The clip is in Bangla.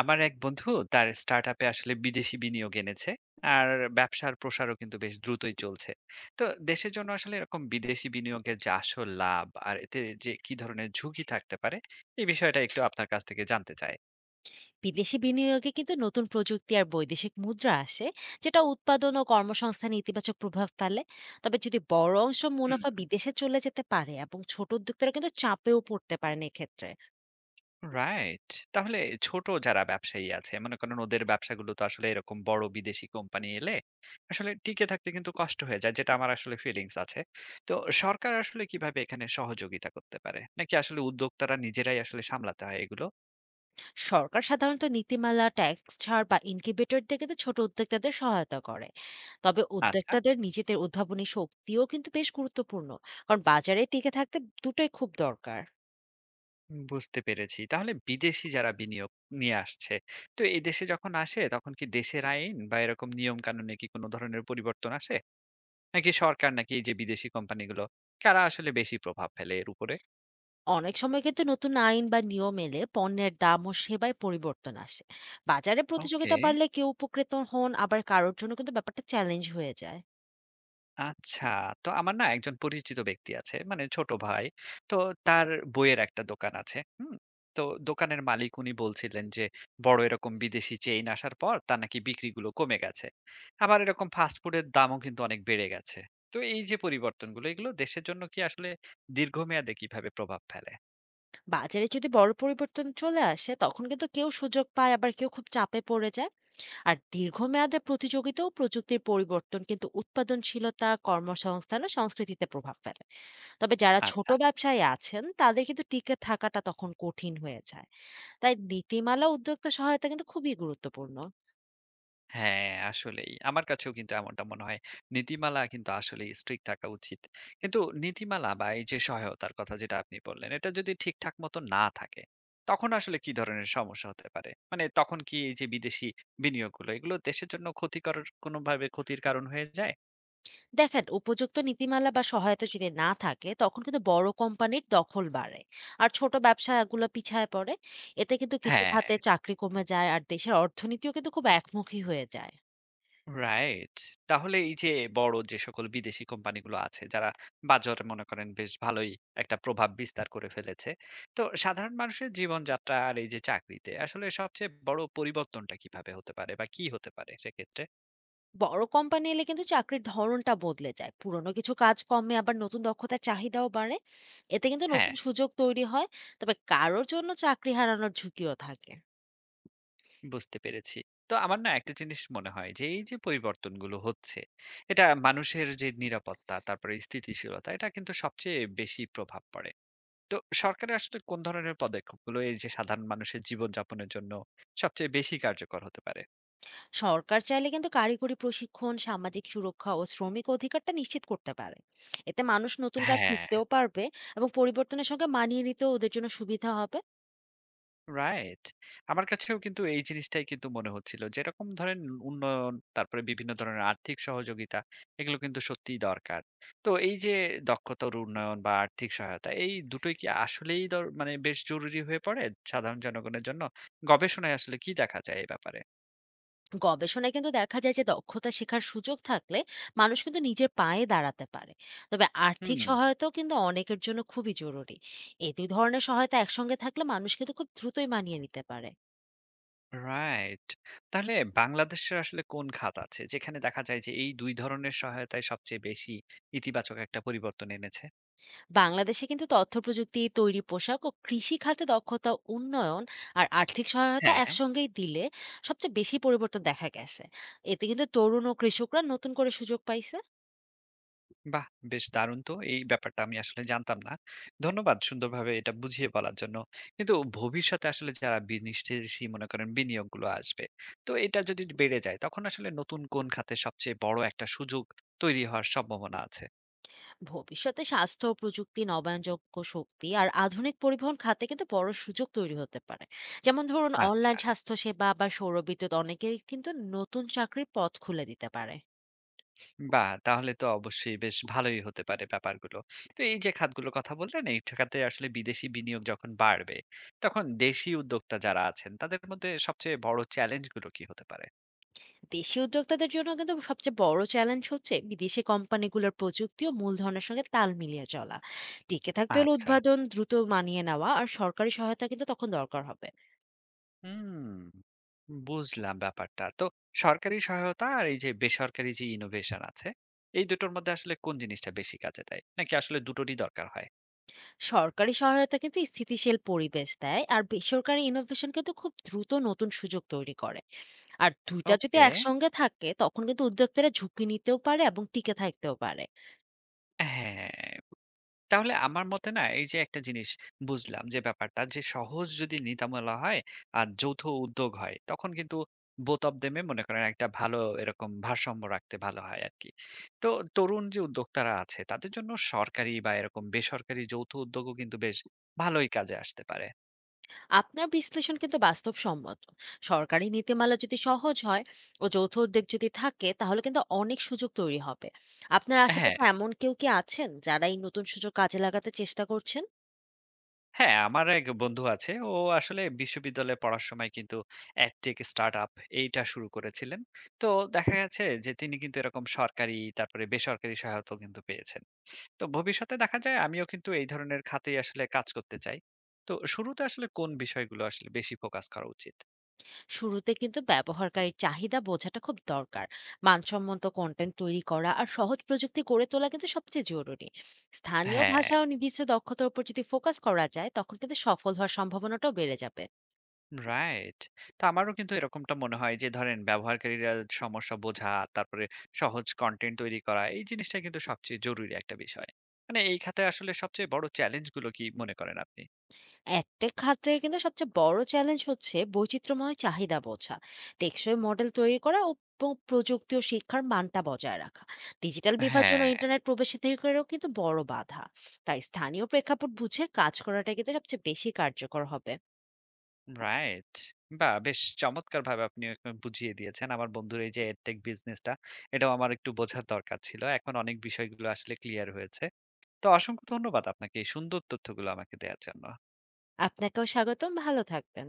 আমার এক বন্ধু তার স্টার্টআপে আসলে বিদেশি বিনিয়োগ এনেছে আর ব্যবসার প্রসারও কিন্তু বেশ দ্রুতই চলছে। তো দেশের জন্য আসলে এরকম বিদেশি বিনিয়োগের যে আসল লাভ আর এতে যে কি ধরনের ঝুঁকি থাকতে পারে এই বিষয়টা একটু আপনার কাছ থেকে জানতে চাই। বিদেশি বিনিয়োগে কিন্তু নতুন প্রযুক্তি আর বৈদেশিক মুদ্রা আসে, যেটা উৎপাদন ও কর্মসংস্থানে ইতিবাচক প্রভাব ফেলে। তবে যদি বড় অংশ মুনাফা বিদেশে চলে যেতে পারে এবং ছোট উদ্যোক্তারা কিন্তু চাপেও পড়তে পারেন এক্ষেত্রে। রাইট। তাহলে ছোট যারা ব্যবসায়ী আছে মনে করেন ওদের ব্যবসাগুলো তো আসলে এরকম বড় বিদেশি কোম্পানি এলে আসলে টিকে থাকতে কিন্তু কষ্ট হয়ে যায়, যেটা আমার আসলে ফিলিংস আছে। তো সরকার আসলে কিভাবে এখানে সহযোগিতা করতে পারে? নাকি আসলে উদ্যোক্তারা নিজেরাই আসলে সামলাতে হয় এগুলো? সরকার সাধারণত নীতিমালা, ট্যাক্স ছাড় বা ইনকিউবেটর দিয়ে কিন্তু ছোট উদ্যোক্তাদের সহায়তা করে। তবে আচ্ছা, উদ্যোক্তাদের নিজেদের উদ্ভাবনী শক্তিও কিন্তু বেশ গুরুত্বপূর্ণ, কারণ বাজারে টিকে থাকতে দুটোই খুব দরকার। বুঝতে পেরেছি। তাহলে বিদেশি যারা বিনিয়োগ নিয়ে আসছে, তো এই দেশে যখন আসে তখন কি দেশের আইন বা এরকম নিয়ম কানুনে কি কোনো ধরনের পরিবর্তন আসে? নাকি সরকার নাকি এই যে বিদেশি কোম্পানিগুলো, কারা আসলে বেশি প্রভাব ফেলে এর উপরে? অনেক সময় কিন্তু নতুন আইন বা নিয়ম এলে পণ্যের দাম ও সেবায় পরিবর্তন আসে। বাজারে ওকে। প্রতিযোগিতা বাড়লে কেউ উপকৃত হন, আবার কারোর জন্য কিন্তু ব্যাপারটা চ্যালেঞ্জ হয়ে যায়। আচ্ছা। তো আমার না একজন পরিচিত ব্যক্তি আছে, মানে ছোট ভাই। তো তার বইয়ের একটা দোকান আছে। হুম? তো দোকানের মালিক উনি বলছিলেন যে, বড় এরকম বিদেশি চেইন আসার পর তার নাকি বিক্রিগুলো কমে গেছে। আবার এরকম ফাস্ট ফুডের দামও কিন্তু অনেক বেড়ে গেছে। তো এই যে পরিবর্তনগুলো, এগুলো দেশের জন্য কি আসলে দীর্ঘমেয়াদে কিভাবে প্রভাব ফেলে? বাজারে যদি বড় পরিবর্তন চলে আসে তখন কিন্তু কেউ সুযোগ পায়, আবার কেউ খুব চাপে পড়ে যায়। আর দীর্ঘমেয়াদে প্রতিযোগিতা ও প্রযুক্তির পরিবর্তন কিন্তু উৎপাদনশীলতা, কর্মসংস্থান ও সংস্কৃতিতে প্রভাব ফেলে। তবে যারা ছোট আচ্ছা। ব্যবসায়ী আছেন তাদের কিন্তু টিকে থাকাটা তখন কঠিন হয়ে যায়। তাই নীতিমালা, উদ্যোক্তা সহায়তা কিন্তু খুবই গুরুত্বপূর্ণ। হ্যাঁ, আসলেই। আমার কাছেও কিন্তু এমনটা মনে হয়। নীতিমালা কিন্তু আসলেই strict থাকা উচিত। কিন্তু নীতিমালা বা এই যে সহায়তার কথা যেটা আপনি বললেন, এটা যদি ঠিকঠাক মতো না থাকে, তখন আসলে কি ধরনের সমস্যা হতে পারে? মানে তখন কি এই যে বিদেশি বিনিয়োগগুলো, এগুলো দেশের জন্য ক্ষতিকর কোনোভাবে ক্ষতির কারণ হয়ে যায়? দেখেন, উপযুক্ত নীতিমালা বা সহায়তা যদি না থাকে তখন কিন্তু বড় কোম্পানির দখল বাড়ে, আর ছোট ব্যবসাগুলো পিছায় পড়ে। এতে কিন্তু কিছু হ্যাঁ। খাতে চাকরি কমে যায়, আর দেশের অর্থনীতিও কিন্তু খুব একমুখী হয়ে যায়। রাইট। তাহলে এই যে বড় যে সকল বিদেশি কোম্পানিগুলো আছে যারা বাজারে মনে করেন বেশ ভালোই একটা প্রভাব বিস্তার করে ফেলেছে। তো সাধারণ মানুষের জীবনযাত্রা আর এই যে চাকরিতে আসলে সবচেয়ে বড় পরিবর্তনটা কিভাবে হতে পারে বা কি হতে পারে সেক্ষেত্রে? বড় কোম্পানি এলে কিন্তু চাকরির ধরনটা বদলে যায়, পুরনো কিছু কাজ কমে, আবার নতুন দক্ষতার চাহিদাও বাড়ে। এতে কিন্তু হ্যাঁ, নতুন সুযোগ তৈরি হয়। তবে কারোর জন্য চাকরি হারানোর ঝুঁকিও থাকে। বুঝতে পেরেছি। তো আমার না একটা জিনিস মনে হয় যে এই যে পরিবর্তনগুলো হচ্ছে এটা মানুষের যে নিরাপত্তা তারপরে স্থিতিশীলতা এটা কিন্তু সবচেয়ে বেশি প্রভাব পড়ে। তো সরকারের আসলে কোন ধরনের পদক্ষেপগুলো এই যে সাধারণ মানুষের জীবনযাপনের জন্য সবচেয়ে বেশি কার্যকর হতে পারে? সরকার চাইলে কিন্তু কারিগরি প্রশিক্ষণ, সামাজিক সুরক্ষা ও শ্রমিক অধিকারটা নিশ্চিত করতে পারে। এতে মানুষ নতুন কাজ হ্যাঁ। শিখতেও পারবে এবং পরিবর্তনের সঙ্গে মানিয়ে নিতেও ওদের জন্য সুবিধা হবে। রাইট। আমার কাছেও কিন্তু এই জিনিসটাই কিন্তু মনে হচ্ছিল। যেরকম ধরেন উন্নয়ন, তারপরে বিভিন্ন ধরনের আর্থিক সহযোগিতা, এগুলো কিন্তু সত্যিই দরকার। তো এই যে দক্ষতার উন্নয়ন বা আর্থিক সহায়তা এই দুটোই কি আসলেই দর মানে বেশ জরুরি হয়ে পড়ে সাধারণ জনগণের জন্য? গবেষণায় আসলে কি দেখা যায় এ ব্যাপারে? গবেষণায় কিন্তু দেখা যায় যে দক্ষতা শেখার সুযোগ থাকলে মানুষ কিন্তু নিজের পায়ে দাঁড়াতে পারে। তবে আর্থিক হুম। সহায়তাও কিন্তু অনেকের জন্য খুবই জরুরি। এই দুই ধরনের সহায়তা একসঙ্গে থাকলে মানুষ কিন্তু খুব দ্রুতই মানিয়ে নিতে পারে। রাইট। তাহলে বাংলাদেশের আসলে কোন খাত আছে যেখানে দেখা যায় যে এই ২ ধরনের সহায়তায় সবচেয়ে বেশি ইতিবাচক একটা পরিবর্তন এনেছে? বাংলাদেশে কিন্তু তথ্য প্রযুক্তি, তৈরি পোশাক ও কৃষি খাতে দক্ষতা উন্নয়ন আর আর্থিক সহায়তা হ্যাঁ, একসঙ্গেই দিলে সবচেয়ে বেশি পরিবর্তন দেখা গেছে। এতে কিন্তু তরুণ ও কৃষকরা নতুন করে সুযোগ পাইছে। বাহ! বেশ দারুণ তো। এই ব্যাপারটা আমি আসলে জানতাম না। ধন্যবাদ সুন্দরভাবে এটা বুঝিয়ে বলার জন্য। কিন্তু ভবিষ্যতে আসলে যারা বিনিষ্টেষী মনে করেন বিনিয়োগগুলো আসবে, তো এটা যদি বেড়ে যায় তখন আসলে নতুন কোন খাতে সবচেয়ে বড় একটা সুযোগ তৈরি হওয়ার সম্ভাবনা আছে? ভবিষ্যতে স্বাস্থ্য প্রযুক্তি, নবায়নযোগ্য শক্তি আর আধুনিক পরিবহন খাতে কিন্তু বড় সুযোগ তৈরি হতে পারে। যেমন ধরুন, আচ্ছা। অনলাইন স্বাস্থ্যসেবা বা সৌরবিদ্যুৎ অনেকেই কিন্তু নতুন চাকরির পথ খুলে দিতে পারে। বাহ! তাহলে তো অবশ্যই বেশ ভালোই হতে পারে ব্যাপারগুলো। তো এই যে খাতগুলোর কথা বললেন, এই খাতে আসলে বিদেশি বিনিয়োগ যখন বাড়বে, তখন দেশি উদ্যোক্তা যারা আছেন, তাদের মধ্যে সবচেয়ে বড় চ্যালেঞ্জগুলো কি হতে পারে? দেশি উদ্যোক্তাদের জন্য কিন্তু সবচেয়ে বড় চ্যালেঞ্জ হচ্ছে বিদেশি কোম্পানিগুলোর প্রযুক্তি ও মূলধনের সঙ্গে তাল মিলিয়ে চলা। টিকে থাকতে হলে আচ্ছা। উৎপাদন দ্রুত মানিয়ে নেওয়া আর সরকারি সহায়তা কিন্তু তখন দরকার হবে। হুম। বুঝলাম ব্যাপারটা। সরকারি সহায়তা আর এই যে বেসরকারি যে ইনোভেশন আছে, এই দুটোর মধ্যে আসলে কোন জিনিসটা বেশি কাজে দেয়? নাকি আসলে দুটোরই দরকার হয়? সরকারি সহায়তা কিন্তু স্থিতিশীল পরিবেশ দেয়, আর বেসরকারি ইনোভেশন কিন্তু খুব দ্রুত নতুন সুযোগ তৈরি করে। আর দুইটা যদি ওকে। একসঙ্গে থাকে তখন কিন্তু উদ্যোক্তারা ঝুঁকি নিতেও পারে এবং টিকে থাকতেও পারে। হ্যাঁ। তাহলে আমার মতে না এই যে একটা জিনিস বুঝলাম যে ব্যাপারটা যে সহজ যদি নীতিমালা হয় আর যৌথ উদ্যোগ হয় তখন কিন্তু বোথ অফ দেমে মনে করেন একটা ভালো এরকম ভারসাম্য রাখতে ভালো হয় আর কি। তো তরুণ যে উদ্যোক্তারা আছে তাদের জন্য সরকারি বা এরকম বেসরকারি যৌথ উদ্যোগও কিন্তু বেশ ভালোই কাজে আসতে পারে। আপনার বিশ্লেষণ কিন্তু বাস্তবসম্মত। সরকারি নীতিমালা যদি সহজ হয় ও যৌথ উদ্যোগ যদি থাকে তাহলে কিন্তু অনেক সুযোগ তৈরি হবে। আপনার হ্যাঁ। আশেপাশে এমন কেউ কি আছেন যারা এই নতুন সুযোগ কাজে লাগাতে চেষ্টা করছেন? হ্যাঁ, আমার এক বন্ধু আছে। ও আসলে বিশ্ববিদ্যালয়ে পড়ার সময় কিন্তু অ্যাডটেক স্টার্টআপ এইটা শুরু করেছিলেন। তো দেখা গেছে যে তিনি কিন্তু এরকম সরকারি তারপরে বেসরকারি সহায়তাও কিন্তু পেয়েছেন। তো ভবিষ্যতে দেখা যায় আমিও কিন্তু এই ধরনের খাতেই আসলে কাজ করতে চাই। তো শুরুতে আসলে কোন বিষয়গুলো আসলে বেশি ফোকাস করা উচিত? শুরুতে কিন্তু ব্যবহারকারীর চাহিদা বোঝাটা খুব দরকার। মানসম্মত কন্টেন্ট তৈরি করা আর সহজ প্রযুক্তি গড়ে তোলা কিন্তু সবচেয়ে জরুরি। স্থানীয় হ্যাঁ। ভাষা ও নির্দিষ্ট দক্ষতার উপর যদি ফোকাস করা যায় তখন কিন্তু সফল হওয়ার সম্ভাবনাটাও বেড়ে যাবে। রাইট। তো আমারও কিন্তু এরকমটা মনে হয় যে ধরেন ব্যবহারকারীরা সমস্যা বোঝা, তারপরে সহজ কনটেন্ট তৈরি করা এই জিনিসটা কিন্তু সবচেয়ে জরুরি একটা বিষয়। মানে এই খাতে আসলে সবচেয়ে বড় চ্যালেঞ্জ গুলো কি মনে করেন আপনি? একটা খাতের কিন্তু সবচেয়ে বড় চ্যালেঞ্জ হচ্ছে বৈচিত্র্যময় চাহিদা বোঝা, টেকসই মডেল তৈরি করা ও প্রযুক্তি ও শিক্ষার মানটা বজায় রাখা। ডিজিটাল বিভাজন ও হ্যাঁ। ইন্টারনেট প্রবেশাধিকারেও কিন্তু বড় বাধা। তাই স্থানীয় প্রেক্ষাপট বুঝে কাজ করাটা কিন্তু সবচেয়ে বেশি কার্যকর হবে। রাইট। বাহ! বেশ চমৎকারভাবে আপনি এখন বুঝিয়ে দিয়েছেন। আমার বন্ধুর এই যে এডটেক বিজনেসটা এটাও আমার একটু বোঝার দরকার ছিল। এখন অনেক বিষয়গুলো আসলে ক্লিয়ার হয়েছে। তো অসংখ্য ধন্যবাদ আপনাকে এই সুন্দর তথ্যগুলো আমাকে দেয়ার জন্য। আপনাকেও স্বাগতম, ভালো থাকবেন।